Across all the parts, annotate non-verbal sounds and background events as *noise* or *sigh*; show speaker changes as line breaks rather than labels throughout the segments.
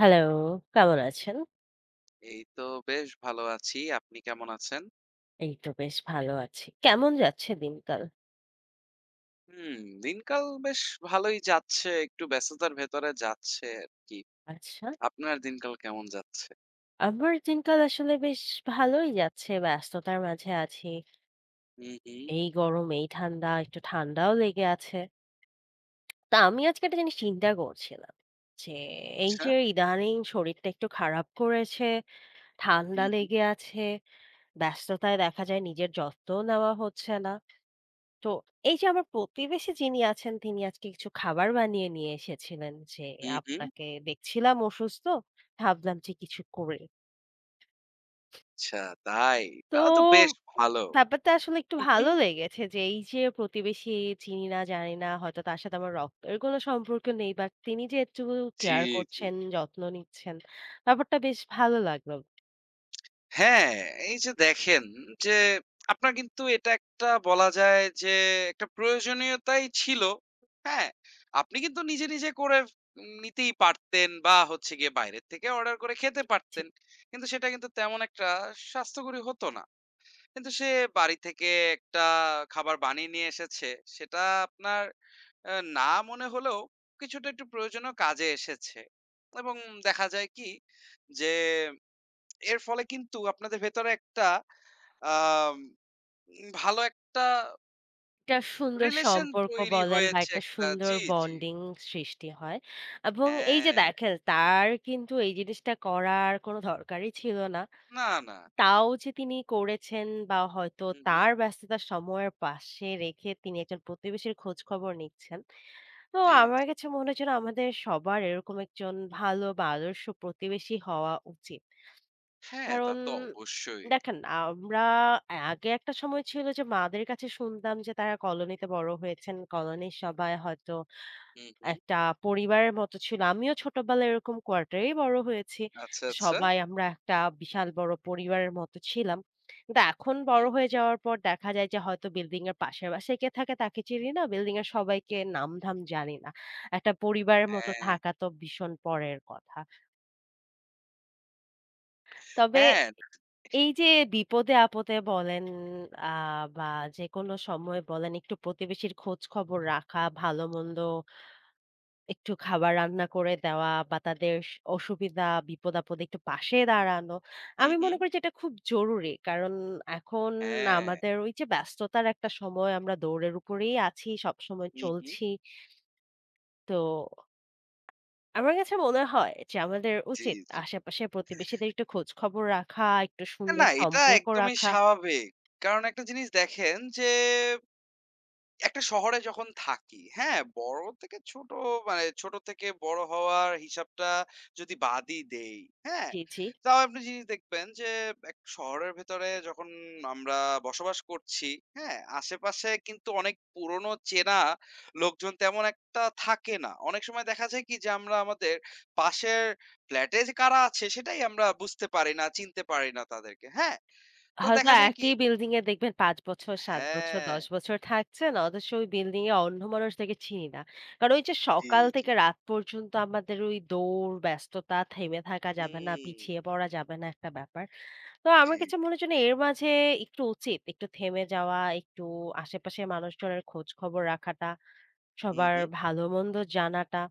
Hello, কেমন আছেন?
এই তো বেশ ভালো আছি। আপনি কেমন আছেন?
এই তো বেশ ভালো আছি। কেমন যাচ্ছে দিনকাল?
হুম, দিনকাল বেশ ভালোই যাচ্ছে। একটু ব্যস্ততার ভেতরে যাচ্ছে আরকি।
আচ্ছা,
আপনার দিনকাল কেমন যাচ্ছে?
আমার দিনকাল আসলে বেশ ভালোই যাচ্ছে। ব্যস্ততার মাঝে আছি।
হুম, হুম।
এই গরম, এই ঠান্ডা, একটু ঠান্ডাও লেগে আছে। তা আমি আজকে একটা জিনিস চিন্তা করছিলাম যে, এই
আচ্ছা।
যে ইদানিং শরীরটা একটু খারাপ করেছে, ঠান্ডা
হুম, হুম।
লেগে আছে, ব্যস্ততায় দেখা যায় নিজের যত্নও নেওয়া হচ্ছে না। তো এই যে আমার প্রতিবেশী যিনি আছেন তিনি আজকে কিছু খাবার বানিয়ে নিয়ে এসেছিলেন যে
হুম, হুম।
আপনাকে দেখছিলাম অসুস্থ ভাবলাম যে কিছু করে
আচ্ছা, তাই।
তো
তাহলে তো বেশ ভালো।
ব্যাপারটা আসলে একটু
হুম, হুম।
ভালো লেগেছে যে এই যে প্রতিবেশী চিনি না জানি না হয়তো তার সাথে আমার রক্তের কোনো সম্পর্ক নেই বাট তিনি যে একটু
জি,
কেয়ার
জি।
করছেন যত্ন নিচ্ছেন ব্যাপারটা বেশ ভালো লাগলো
হ্যাঁ, এই যে দেখেন যে আপনার কিন্তু এটা একটা বলা যায় যে একটা প্রয়োজনীয়তাই ছিল। হ্যাঁ? আপনি কিন্তু নিজে, নিজে করে নিতেই পারতেন বা হচ্ছে গিয়ে বাইরের থেকে অর্ডার করে খেতে পারতেন। কিন্তু সেটা কিন্তু তেমন একটা স্বাস্থ্যকরী হতো না। কিন্তু সে বাড়ি থেকে একটা খাবার বানিয়ে নিয়ে এসেছে। সেটা আপনার না মনে হলেও কিছুটা একটু প্রয়োজনেও কাজে এসেছে। এবং দেখা যায় কি যে এর ফলে কিন্তু আপনাদের ভেতরে একটা আম ভালো একটা
একটা সুন্দর
রিলেশন
সম্পর্ক
তৈরি
বলেন বা
হয়েছে
একটা
একটা।
সুন্দর
জি, জি।
বন্ডিং সৃষ্টি হয়। এবং এই যে
হ্যাঁ।
দেখেন তার কিন্তু এই জিনিসটা করার কোনো দরকারই ছিল না।
না, না।
তাও যে তিনি করেছেন বা হয়তো
হু, হু।
তার ব্যস্ততার সময়ের পাশে রেখে তিনি একজন প্রতিবেশীর খোঁজ খবর নিচ্ছেন। তো
জি,
আমার
জি।
কাছে মনে হয় যেন আমাদের সবার এরকম একজন ভালো বা আদর্শ প্রতিবেশী হওয়া উচিত।
হ্যাঁ, তা
কারণ
তো অবশ্যই।
দেখেন আমরা আগে একটা সময় ছিল যে মাদের কাছে শুনতাম যে তারা কলোনিতে বড় হয়েছেন। কলোনির সবাই হয়তো
হুম, হুম।
একটা পরিবারের মতো ছিল। আমিও ছোটবেলায় এরকম কোয়ার্টারেই বড় হয়েছি।
আচ্ছা, আচ্ছা।
সবাই আমরা একটা বিশাল বড় পরিবারের মতো ছিলাম। কিন্তু এখন বড়
হুম।
হয়ে যাওয়ার পর দেখা যায় যে হয়তো বিল্ডিং এর পাশের বাসায় কে থাকে তাকে চিনি না। বিল্ডিং এর সবাইকে নাম-ধাম জানি না। একটা পরিবারের মতো
হ্যাঁ,
থাকা তো ভীষণ পরের কথা। তবে
হ্যাঁ।
এই যে বিপদে আপদে বলেন আ বা যেকোনো সময় বলেন একটু প্রতিবেশীর খোঁজ খবর রাখা, ভালো মন্দ একটু খাবার রান্না করে দেওয়া বা তাদের অসুবিধা বিপদ আপদে একটু পাশে দাঁড়ানো।
হুম,
আমি
হুম।
মনে করি যে এটা খুব জরুরি। কারণ এখন
হ্যাঁ।
আমাদের ওই যে ব্যস্ততার একটা সময় আমরা দৌড়ের উপরেই আছি, সবসময়
হুম, হুম।
চলছি। তো আমার কাছে মনে হয় যে আমাদের
জি,
উচিত
জি।
আশেপাশের প্রতিবেশীদের একটু খোঁজ খবর রাখা, একটু সুন্দর
না, এটা
সম্পর্ক
একদমই
রাখা।
স্বাভাবিক। কারণ একটা জিনিস দেখেন যে একটা শহরে যখন থাকি, হ্যাঁ? বড় থেকে ছোট, মানে ছোট থেকে বড় হওয়ার হিসাবটা যদি বাদই দেই, হ্যাঁ?
জি, জি।
তাও আপনি জিনিস দেখবেন যে এক শহরের ভেতরে যখন আমরা বসবাস করছি, হ্যাঁ? আশেপাশে কিন্তু অনেক পুরনো চেনা লোকজন তেমন একটা থাকে না। অনেক সময় দেখা যায় কি যে আমরা আমাদের পাশের ফ্ল্যাটে যে কারা আছে সেটাই আমরা বুঝতে পারি না, চিনতে পারি না তাদেরকে, হ্যাঁ? তো
হয়তো
দেখা যায় কি।
একই বিল্ডিং এ দেখবেন ৫ বছর, ৭ বছর,
হ্যাঁ,
১০ বছর থাকছেন। অথচ ওই বিল্ডিং এ অন্য মানুষদেরকে চিনি না। কারণ ওই যে
জি,
সকাল
জি।
থেকে রাত পর্যন্ত আমাদের ওই দৌড়, ব্যস্ততা, থেমে থাকা যাবে না,
হুম,
পিছিয়ে পড়া যাবে না একটা ব্যাপার। তো
জি।
আমার কাছে মনে হয় যেন এর মাঝে একটু উচিত একটু থেমে যাওয়া, একটু আশেপাশের মানুষজনের খোঁজ খবর রাখাটা,
হুম,
সবার
হুম।
ভালো মন্দ জানাটা।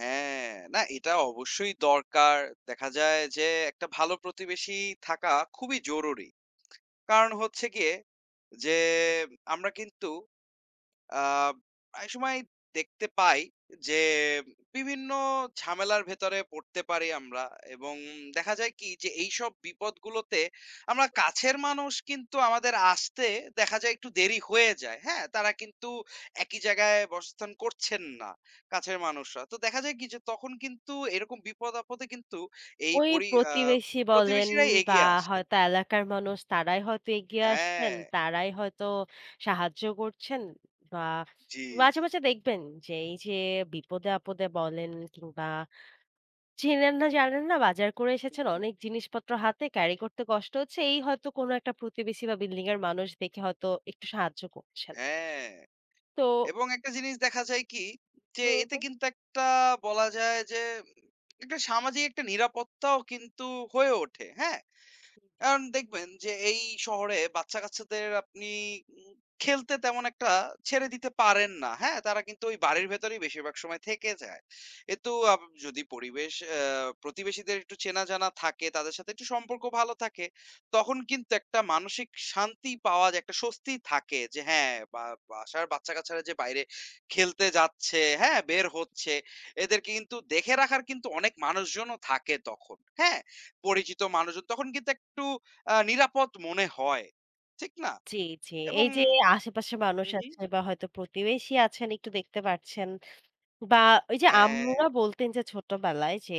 হ্যাঁ, না এটা অবশ্যই দরকার। দেখা যায় যে একটা ভালো প্রতিবেশী থাকা খুবই জরুরি। কারণ হচ্ছে গিয়ে যে আমরা কিন্তু আ প্রায় সময় দেখতে পাই যে বিভিন্ন ঝামেলার ভেতরে পড়তে পারি আমরা, এবং দেখা যায় কি যে এইসব বিপদগুলোতে আমরা কাছের মানুষ কিন্তু আমাদের আসতে দেখা যায় একটু দেরি হয়ে যায়। হ্যাঁ? তারা কিন্তু একই জায়গায় বাসস্থান করছেন না, কাছের মানুষরা। তো দেখা যায় কি যে তখন কিন্তু এরকম বিপদ-আপদে কিন্তু এই
ওই
পরি আ
প্রতিবেশী বলেন
প্রতিবেশীরাই
বা
এগিয়ে আসেন।
হয়তো এলাকার মানুষ তারাই হয়তো এগিয়ে আসছেন,
হ্যাঁ।
তারাই হয়তো সাহায্য করছেন বা
জি,
মাঝে,
জি।
মাঝে দেখবেন যে এই যে বিপদে আপদে বলেন কিংবা চেনেন না জানেন না বাজার করে
হু,
এসেছেন
হু।
অনেক জিনিসপত্র হাতে ক্যারি করতে কষ্ট হচ্ছে। এই হয়তো কোনো একটা প্রতিবেশী বা বিল্ডিং এর মানুষ দেখে হয়তো একটু সাহায্য করছেন।
হ্যাঁ।
তো
এবং একটা জিনিস দেখা যায় কি যে
হুম,
এতে
হুম।
কিন্তু একটা বলা যায় যে একটা সামাজিক একটা নিরাপত্তাও কিন্তু হয়ে ওঠে। হ্যাঁ? কারণ দেখবেন যে এই শহরে বাচ্চা-কাচ্চাদের আপনি উম খেলতে তেমন একটা ছেড়ে দিতে পারেন না। হ্যাঁ? তারা কিন্তু ওই বাড়ির ভেতরেই বেশিরভাগ সময় থেকে যায়। কিন্তু যদি পরিবেশ আ প্রতিবেশীদের একটু চেনা-জানা থাকে, তাদের সাথে একটু সম্পর্ক ভালো থাকে, তখন কিন্তু একটা মানসিক শান্তি পাওয়া যায়, একটা স্বস্তি থাকে যে হ্যাঁ, বা বাসার বাচ্চা-কাচ্চারা যে বাইরে খেলতে যাচ্ছে, হ্যাঁ? বের হচ্ছে, এদেরকে কিন্তু দেখে রাখার কিন্তু অনেক মানুষজনও থাকে তখন। হ্যাঁ? পরিচিত মানুষজন তখন কিন্তু একটু নিরাপদ মনে হয়। ঠিক না?
জি, জি।
এবং
এই যে আশেপাশে মানুষ
হু, হু।
আছে বা হয়তো প্রতিবেশী আছেন একটু দেখতে পারছেন। বা ওই যে
হ্যাঁ।
আম্মুরা বলতেন যে ছোটবেলায় যে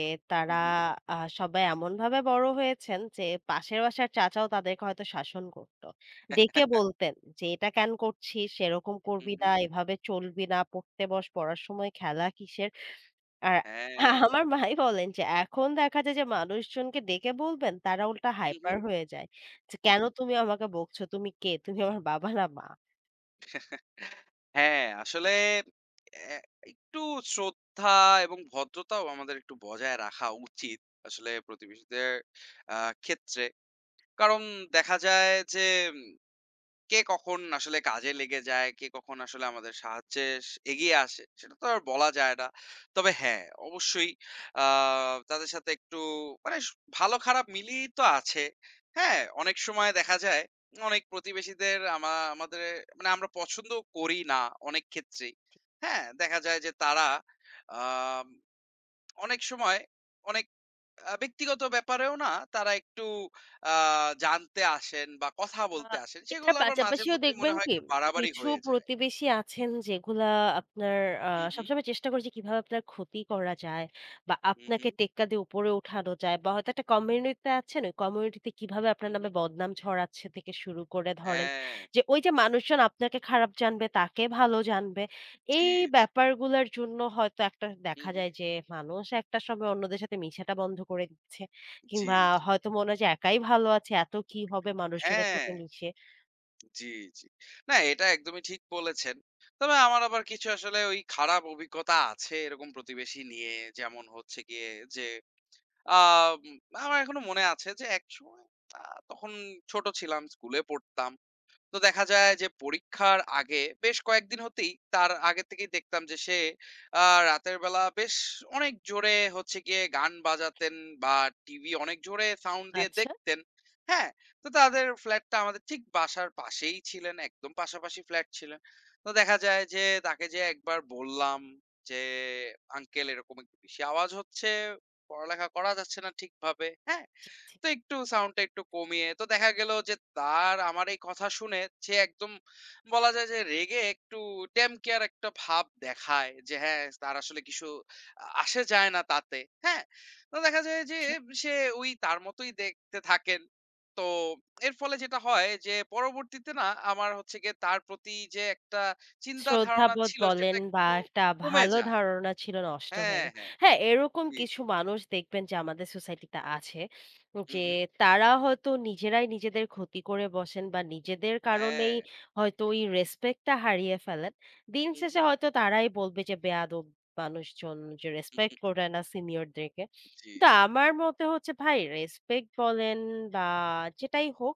হু,
তারা
হু।
সবাই এমনভাবে বড় হয়েছেন যে পাশের বাসার চাচাও তাদেরকে হয়তো শাসন করত। ডেকে
*laughs*
বলতেন যে, "এটা কেন করছিস? এরকম
হু,
করবি
হু।
না, এভাবে চলবি না, পড়তে বস, পড়ার সময় খেলা কিসের?" আর
হ্যাঁ।
আমার ভাই বলেন যে এখন দেখা যায় যে মানুষজনকে ডেকে বলবেন, তারা উল্টা
হু, হু।
হাইপার হয়ে যায়। যে, "কেন তুমি আমাকে বকছো? তুমি কে? তুমি আমার বাবা না মা?"
হ্যাঁ, আসলে অ্যা একটু শ্রদ্ধা এবং ভদ্রতাও আমাদের একটু বজায় রাখা উচিত। আসলে প্রতিবেশীদের আ ক্ষেত্রে। কারণ দেখা যায় যে কে কখন আসলে কাজে লেগে যায়, কে কখন আসলে আমাদের সাহায্যে এগিয়ে আসে, সেটা তো আর বলা যায় না। তবে হ্যাঁ, অবশ্যই আ তাদের সাথে একটু মানে ভালো খারাপ মিলিয়েই তো আছে। হ্যাঁ, অনেক সময় দেখা যায় অনেক প্রতিবেশীদের আমাদের, মানে আমরা পছন্দ করি না অনেক ক্ষেত্রেই। হ্যাঁ, দেখা যায় যে তারা আম অনেক সময় অনেক ব্যক্তিগত ব্যাপারেও না তারা একটু আ জানতে আসেন বা কথা
আ
বলতে আসেন।
এটার
সেগুলো আবার
পাশাপাশিও
মাঝেমধ্যে মনে
দেখবেন
হয়
কি,
একটু বাড়াবাড়ি
কিছু
হয়ে যায়।
প্রতিবেশী আছেন যেগুলা আপনার আ
হু, হু,
সবসময় চেষ্টা করে যে কিভাবে আপনার ক্ষতি করা যায় বা
হু, হু,
আপনাকে টেক্কা দিয়ে উপরে উঠানো যায় বা হয়তো একটা কমিউনিটিতে আছেন, ওই কমিউনিটিতে কিভাবে
হু,
আপনার
হু।
নামে বদনাম ছড়াচ্ছে থেকে শুরু করে ধরেন
হ্যাঁ,
যে ওই যে মানুষজন আপনাকে খারাপ জানবে, তাকে ভালো জানবে।
জি,
এই
জি।
ব্যাপারগুলার জন্য হয়তো একটা
হু,
দেখা
হু।
যায় যে মানুষ একটা সময় অন্যদের সাথে মিশাটা বন্ধ করে দিচ্ছে
জি,
কিংবা
জি।
হয়তো মনে হয় যে একাই ভালো আছে, এত কি হবে মানুষজনের
হ্যাঁ,
সাথে মিশে।
জি, জি। না, এটা একদমই ঠিক বলেছেন। তবে আমার আবার কিছু আসলে ওই খারাপ অভিজ্ঞতা আছে এরকম প্রতিবেশী নিয়ে। যেমন হচ্ছে গিয়ে যে আম আমার এখনো মনে আছে যে একসময়, আ তখন ছোট ছিলাম, স্কুলে পড়তাম। তো দেখা যায় যে পরীক্ষার আগে বেশ কয়েকদিন হতেই, তার আগে থেকেই দেখতাম যে সে রাতের বেলা বেশ অনেক জোরে হচ্ছে গিয়ে গান বাজাতেন বা টিভি অনেক জোরে সাউন্ড দিয়ে
আচ্ছা,
দেখতেন। হ্যাঁ, তো তাদের ফ্ল্যাটটা আমাদের ঠিক বাসার পাশেই ছিলেন, একদম পাশাপাশি ফ্ল্যাট ছিলেন। তো দেখা যায় যে তাকে যে একবার বললাম যে আঙ্কেল এরকম একটু বেশি আওয়াজ হচ্ছে, পড়ালেখা করা যাচ্ছে না ঠিকভাবে, হ্যাঁ? তো একটু সাউন্ডটা একটু কমিয়ে। তো দেখা গেল যে তার, আমার এই কথা শুনে সে একদম বলা যায় যে রেগে, একটু টেম কেয়ার একটা ভাব দেখায় যে হ্যাঁ, তার আসলে কিছু আসে যায় না তাতে। হ্যাঁ, তো দেখা যায় যে
আচ্ছা।
সে ওই তার মতোই দেখতে থাকেন। তো এর ফলে যেটা হয় যে পরবর্তীতে না আমার হচ্ছে গিয়ে তার প্রতি যে একটা চিন্তা ধারণা
শ্রদ্ধাবোধ
ছিল সেটা
বলেন বা
একটু
একটা
কমে
ভালো
যায়।
ধারণা ছিল নষ্ট হয়ে
হ্যাঁ,
যায়।
হ্যাঁ।
হ্যাঁ, এরকম
জি, জি।
কিছু মানুষ দেখবেন যে আমাদের সোসাইটিতে আছে।
হুম,
যে
হুম।
তারা হয়তো নিজেরাই নিজেদের ক্ষতি করে বসেন বা নিজেদের
হ্যাঁ।
কারণেই হয়তো ওই রেসপেক্ট টা হারিয়ে ফেলেন। দিন
হুম,
শেষে
হুম।
হয়তো তারাই বলবে যে বেয়াদব মানুষজন যে
হুম,
রেসপেক্ট
হুম,
করে না সিনিয়রদেরকে।
জি,
কিন্তু
জি।
আমার মতে হচ্ছে ভাই রেসপেক্ট বলেন বা যেটাই হোক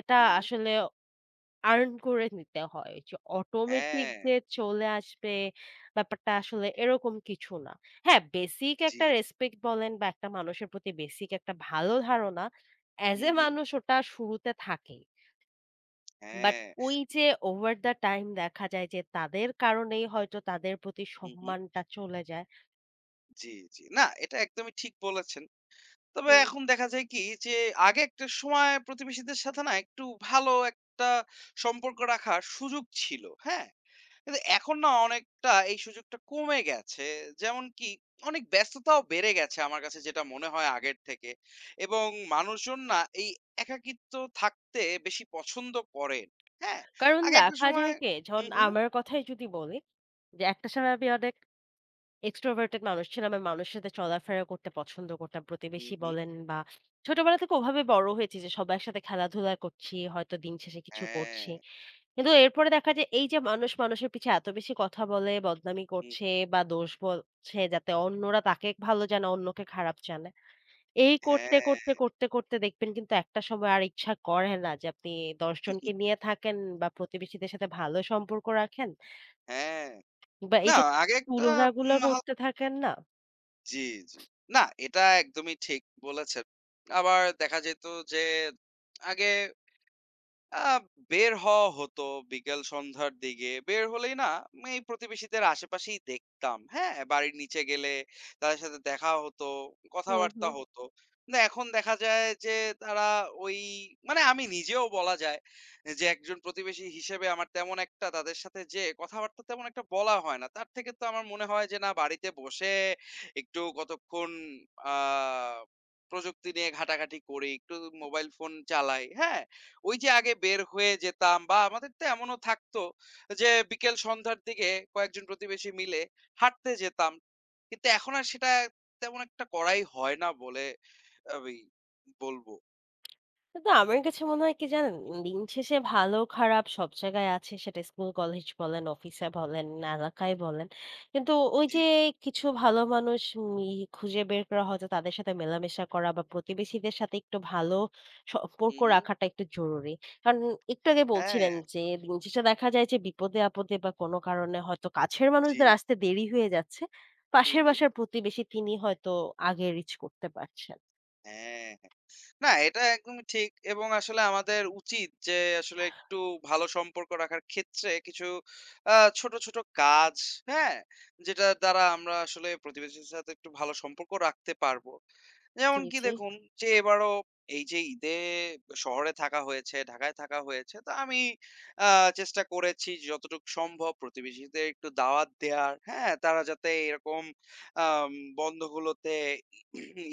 এটা
হুম, হুম।
আসলে আর্ন করে নিতে হয়। যে অটোমেটিক
হ্যাঁ,
যে চলে আসবে ব্যাপারটা আসলে এরকম কিছু না। হ্যাঁ, বেসিক
জি।
একটা রেসপেক্ট বলেন বা একটা মানুষের প্রতি বেসিক একটা ভালো ধারণা অ্যাজ
হুম,
এ
হুম।
মানুষ ওটা শুরুতে থাকেই। বাট
হ্যাঁ।
ওই যে ওভার দ্য টাইম দেখা যায় যে তাদের কারণেই হয়তো তাদের প্রতি
হুম, হুম।
সম্মানটা চলে যায়।
জি, জি। না, এটা একদমই ঠিক বলেছেন। তবে
হুম।
এখন দেখা যায় কি যে, আগে একটা সময় প্রতিবেশীদের সাথে না একটু ভালো একটা সম্পর্ক রাখার সুযোগ ছিল। হ্যাঁ? কিন্তু এখন না অনেকটা এই সুযোগটা কমে গেছে। যেমন কি অনেক ব্যস্ততাও বেড়ে গেছে আমার কাছে যেটা মনে হয় আগের থেকে। এবং মানুষজন না এই একাকিত্ব থাকতে বেশি পছন্দ করেন। হ্যাঁ?
কারণ
আগে একটা
দেখা
সময়।
যায় কি? যখন
হুম, হুম।
আমার কথাই যদি বলি যে একটা সময় আমি অনেক এক্সট্রোভার্টেড মানুষ ছিলাম। আমি মানুষের সাথে চলাফেরা করতে পছন্দ করতাম।
হুম,
প্রতিবেশী
হুম।
বলেন বা ছোটবেলা থেকে ওভাবে বড় হয়েছি যে সবার সাথে খেলাধুলা করছি, হয়তো দিন শেষে কিছু
হ্যাঁ।
করছি। কিন্তু এরপরে দেখা যায় এই যে মানুষ মানুষের পিছে এত বেশি কথা বলে, বদনামি
হুম,
করছে বা দোষ বলছে যাতে অন্যরা তাকে ভালো জানে, অন্যকে খারাপ জানে। এই করতে,
হ্যাঁ,
করতে, করতে, করতে দেখবেন কিন্তু একটা সময় আর ইচ্ছা করে না যে আপনি ১০ জনকে নিয়ে থাকেন বা প্রতিবেশীদের সাথে ভালো সম্পর্ক রাখেন
হ্যাঁ।
বা এই
না,
যে
আগে একটা
তুলনাগুলো
উম হ
করতে থাকেন না
জি, জি। না, এটা একদমই ঠিক বলেছেন। আবার দেখা যেত যে আগে আ বের হওয়া হতো বিকেল সন্ধ্যার দিকে। বের হলেই না আমি এই প্রতিবেশীদের আশেপাশেই দেখতাম। হ্যাঁ? বাড়ির নিচে গেলে তাদের সাথে দেখা হতো,
হুম,
কথাবার্তা
হুম।
হতো। না, এখন দেখা যায় যে তারা ওই, মানে আমি নিজেও বলা যায় যে একজন প্রতিবেশী হিসেবে আমার তেমন একটা তাদের সাথে যেয়ে কথাবার্তা তেমন একটা বলা হয় না। তার থেকে তো আমার মনে হয় যে না, বাড়িতে বসে একটু কতক্ষণ আ প্রযুক্তি নিয়ে ঘাটাঘাটি করি, একটু মোবাইল ফোন চালাই। হ্যাঁ? ওই যে আগে বের হয়ে যেতাম, বা আমাদের তো এমনও থাকতো যে বিকেল সন্ধ্যার দিকে কয়েকজন প্রতিবেশী মিলে হাঁটতে যেতাম। কিন্তু এখন আর সেটা তেমন একটা করাই হয় না বলে আমি বলব।
কিন্তু আমার কাছে মনে হয় কি জানেন?
হু, হু।
দিন শেষে ভালো খারাপ সব জায়গায় আছে। সেটা স্কুল কলেজ বলেন, অফিসে বলেন, এলাকায় বলেন। কিন্তু ওই
জি,
যে
জি।
কিছু ভালো মানুষ মি খুঁজে বের করা হয়তো তাদের সাথে মেলামেশা করা বা প্রতিবেশীদের সাথে একটু ভালো
হু,
সম্পর্ক
হু।
রাখাটা একটু জরুরি। কারণ একটু আগে
হ্যাঁ,
বলছিলেন যে দিন শেষে দেখা যায় যে বিপদে আপদে বা কোনো কারণে হয়তো কাছের
জি।
মানুষদের আসতে দেরি হয়ে যাচ্ছে।
হু,
পাশের
হু।
বাসার প্রতিবেশী তিনি হয়তো আগে রিচ করতে পারছেন।
হ্যাঁ। না, এটা একদমই ঠিক, এবং আসলে আমাদের উচিত যে আসলে একটু ভালো সম্পর্ক রাখার ক্ষেত্রে কিছু আ ছোট, ছোট কাজ, হ্যাঁ? যেটার দ্বারা আমরা আসলে প্রতিবেশীর সাথে একটু ভালো সম্পর্ক রাখতে পারবো।
জি,
যেমন কি
জি।
দেখুন যে এবারও এই যে ঈদে শহরে থাকা হয়েছে, ঢাকায় থাকা হয়েছে। তো আমি আ চেষ্টা করেছি যতটুকু সম্ভব প্রতিবেশীদের একটু দাওয়াত দেয়ার, হ্যাঁ? তারা যাতে এরকম আম বন্ধগুলোতে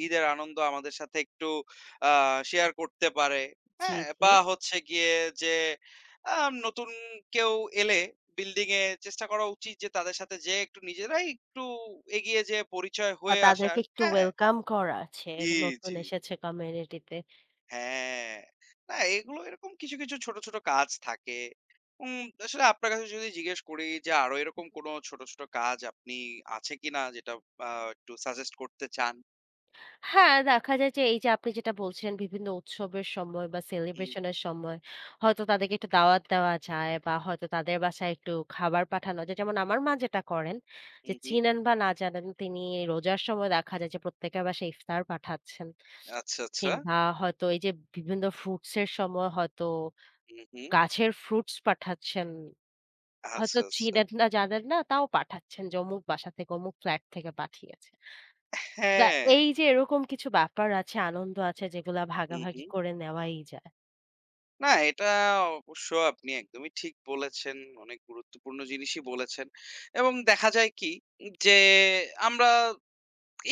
ঈদের আনন্দ আমাদের সাথে একটু আ শেয়ার করতে পারে।
জি,
হ্যাঁ?
জি।
বা হচ্ছে গিয়ে যে আ নতুন কেউ এলে বিল্ডিং এ চেষ্টা করা উচিত যে তাদের সাথে যেয়ে একটু নিজেরাই একটু এগিয়ে যেয়ে পরিচয়
বা
হয়ে আসার।
তাদেরকে একটু
হ্যাঁ?
ওয়েলকাম করা আছে
জি,
নতুন
জি।
এসেছে কমিউনিটিতে।
হ্যাঁ। না, এগুলো এরকম কিছু, কিছু ছোট, ছোট কাজ থাকে। আসলে আপনার কাছে যদি জিজ্ঞেস করি যে আরো এরকম কোনো ছোট, ছোট কাজ আপনি আছে কিনা যেটা আ একটু সাজেস্ট করতে চান?
হ্যাঁ, দেখা যায় যে এই যে আপনি যেটা বলছিলেন বিভিন্ন উৎসবের সময় বা
হুম,
সেলিব্রেশনের সময় হয়তো তাদেরকে একটু দাওয়াত দেওয়া যায় বা হয়তো তাদের বাসায় একটু খাবার পাঠানো যায়। যেমন আমার মা যেটা করেন
হু,
যে
হুম।
চিনেন বা না জানেন তিনি রোজার সময় দেখা যায় যে প্রত্যেকের বাসায় ইফতার পাঠাচ্ছেন।
আচ্ছা, আচ্ছা।
কিংবা হয়তো এই যে বিভিন্ন ফ্রুটস এর সময় হয়তো
হু, হু।
গাছের ফ্রুটস পাঠাচ্ছেন। হয়তো
আচ্ছা, আচ্ছা।
চিনেন না, জানেন না, তাও পাঠাচ্ছেন যে অমুক বাসা থেকে, অমুক ফ্ল্যাট থেকে পাঠিয়েছে। বা
হ্যাঁ।
এই যে এরকম কিছু ব্যাপার আছে, আনন্দ আছে যেগুলা
হুম,
ভাগাভাগি
হুম।
করে নেওয়াই যায়।
না, এটা অবশ্য আপনি একদমই ঠিক বলেছেন। অনেক গুরুত্বপূর্ণ জিনিসই বলেছেন। এবং দেখা যায় কি যে আমরা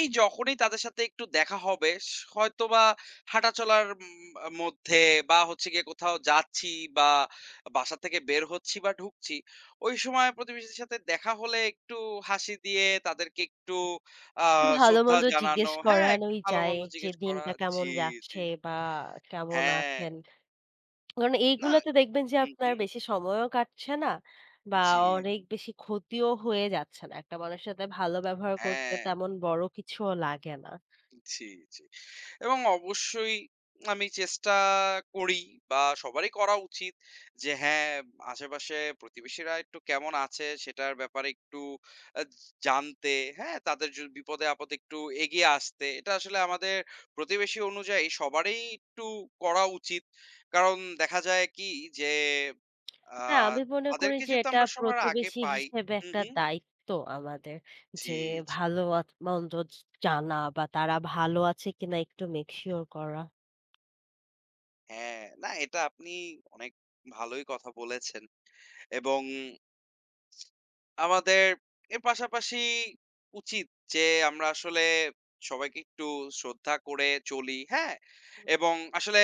এই যখনই তাদের সাথে একটু দেখা হবে, হয়তোবা হাঁটাচলার উম আ মধ্যে বা হচ্ছে গিয়ে কোথাও যাচ্ছি বা বাসা থেকে বের হচ্ছি বা ঢুকছি, ওই সময় প্রতিবেশীদের সাথে দেখা হলে একটু হাসি দিয়ে তাদেরকে একটু আ শ্রদ্ধা
ভালো-মন্দ
জানানো,
জিজ্ঞেস
হ্যাঁ, একটু
করানোই যায়
ভালো-মন্দ
যে
জিজ্ঞেস করা।
দিনটা কেমন
জি, জি।
যাচ্ছে বা কেমন
হ্যাঁ।
আছেন। কারণ
না।
এইগুলাতে দেখবেন যে
হুম,
আপনার
হুম।
বেশি সময়ও কাটছে না বা
জি,
অনেক বেশি ক্ষতিও হয়ে যাচ্ছে না। একটা মানুষের সাথে ভালো ব্যবহার করতে
হ্যাঁ,
তেমন বড় কিছুও লাগে না।
জি, জি। এবং অবশ্যই আমি চেষ্টা করি বা সবারই করা উচিত যে হ্যাঁ, আশেপাশে প্রতিবেশীরা একটু কেমন আছে সেটার ব্যাপারে একটু আ জানতে, হ্যাঁ? তাদের বিপদে আপদে একটু এগিয়ে আসতে। এটা আসলে আমাদের প্রতিবেশী অনুযায়ী সবারই একটু করা উচিত। কারণ দেখা যায় কি যে আ
না, আমি মনে করি
তাদেরকে
যে
যেহেতু
এটা
আমরা সবার আগে
প্রতিবেশী
পাই।
হিসেবে
হুম,
একটা
হুম।
দায়িত্ব আমাদের।
জি,
যে
জি।
ভালো মন্দ জানা বা তারা ভালো আছে কিনা একটু মেক সিউর করা।
হ্যাঁ, না, এটা আপনি অনেক ভালোই কথা বলেছেন। এবং আমাদের এর পাশাপাশি উচিত যে আমরা আসলে সবাইকে একটু শ্রদ্ধা করে চলি, হ্যাঁ? এবং আসলে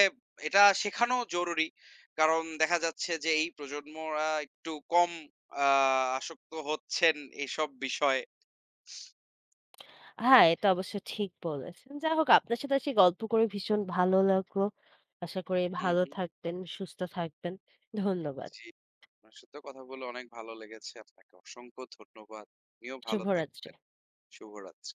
এটা শেখানো জরুরি। কারণ দেখা যাচ্ছে যে এই প্রজন্মরা একটু কম আ আসক্ত হচ্ছেন এইসব বিষয়ে।
হ্যাঁ, এটা অবশ্য ঠিক বলেছেন। যাই হোক আপনার সাথে আজকে গল্প করে ভীষণ ভালো লাগলো। আশা করি
হুম,
ভালো
হুম।
থাকবেন, সুস্থ থাকবেন। ধন্যবাদ।
জি, আপনার সাথেও কথা বলে অনেক ভালো লেগেছে। আপনাকে অসংখ্য ধন্যবাদ। আপনিও ভালো
শুভরাত্রি।
থাকবেন। শুভরাত্রি।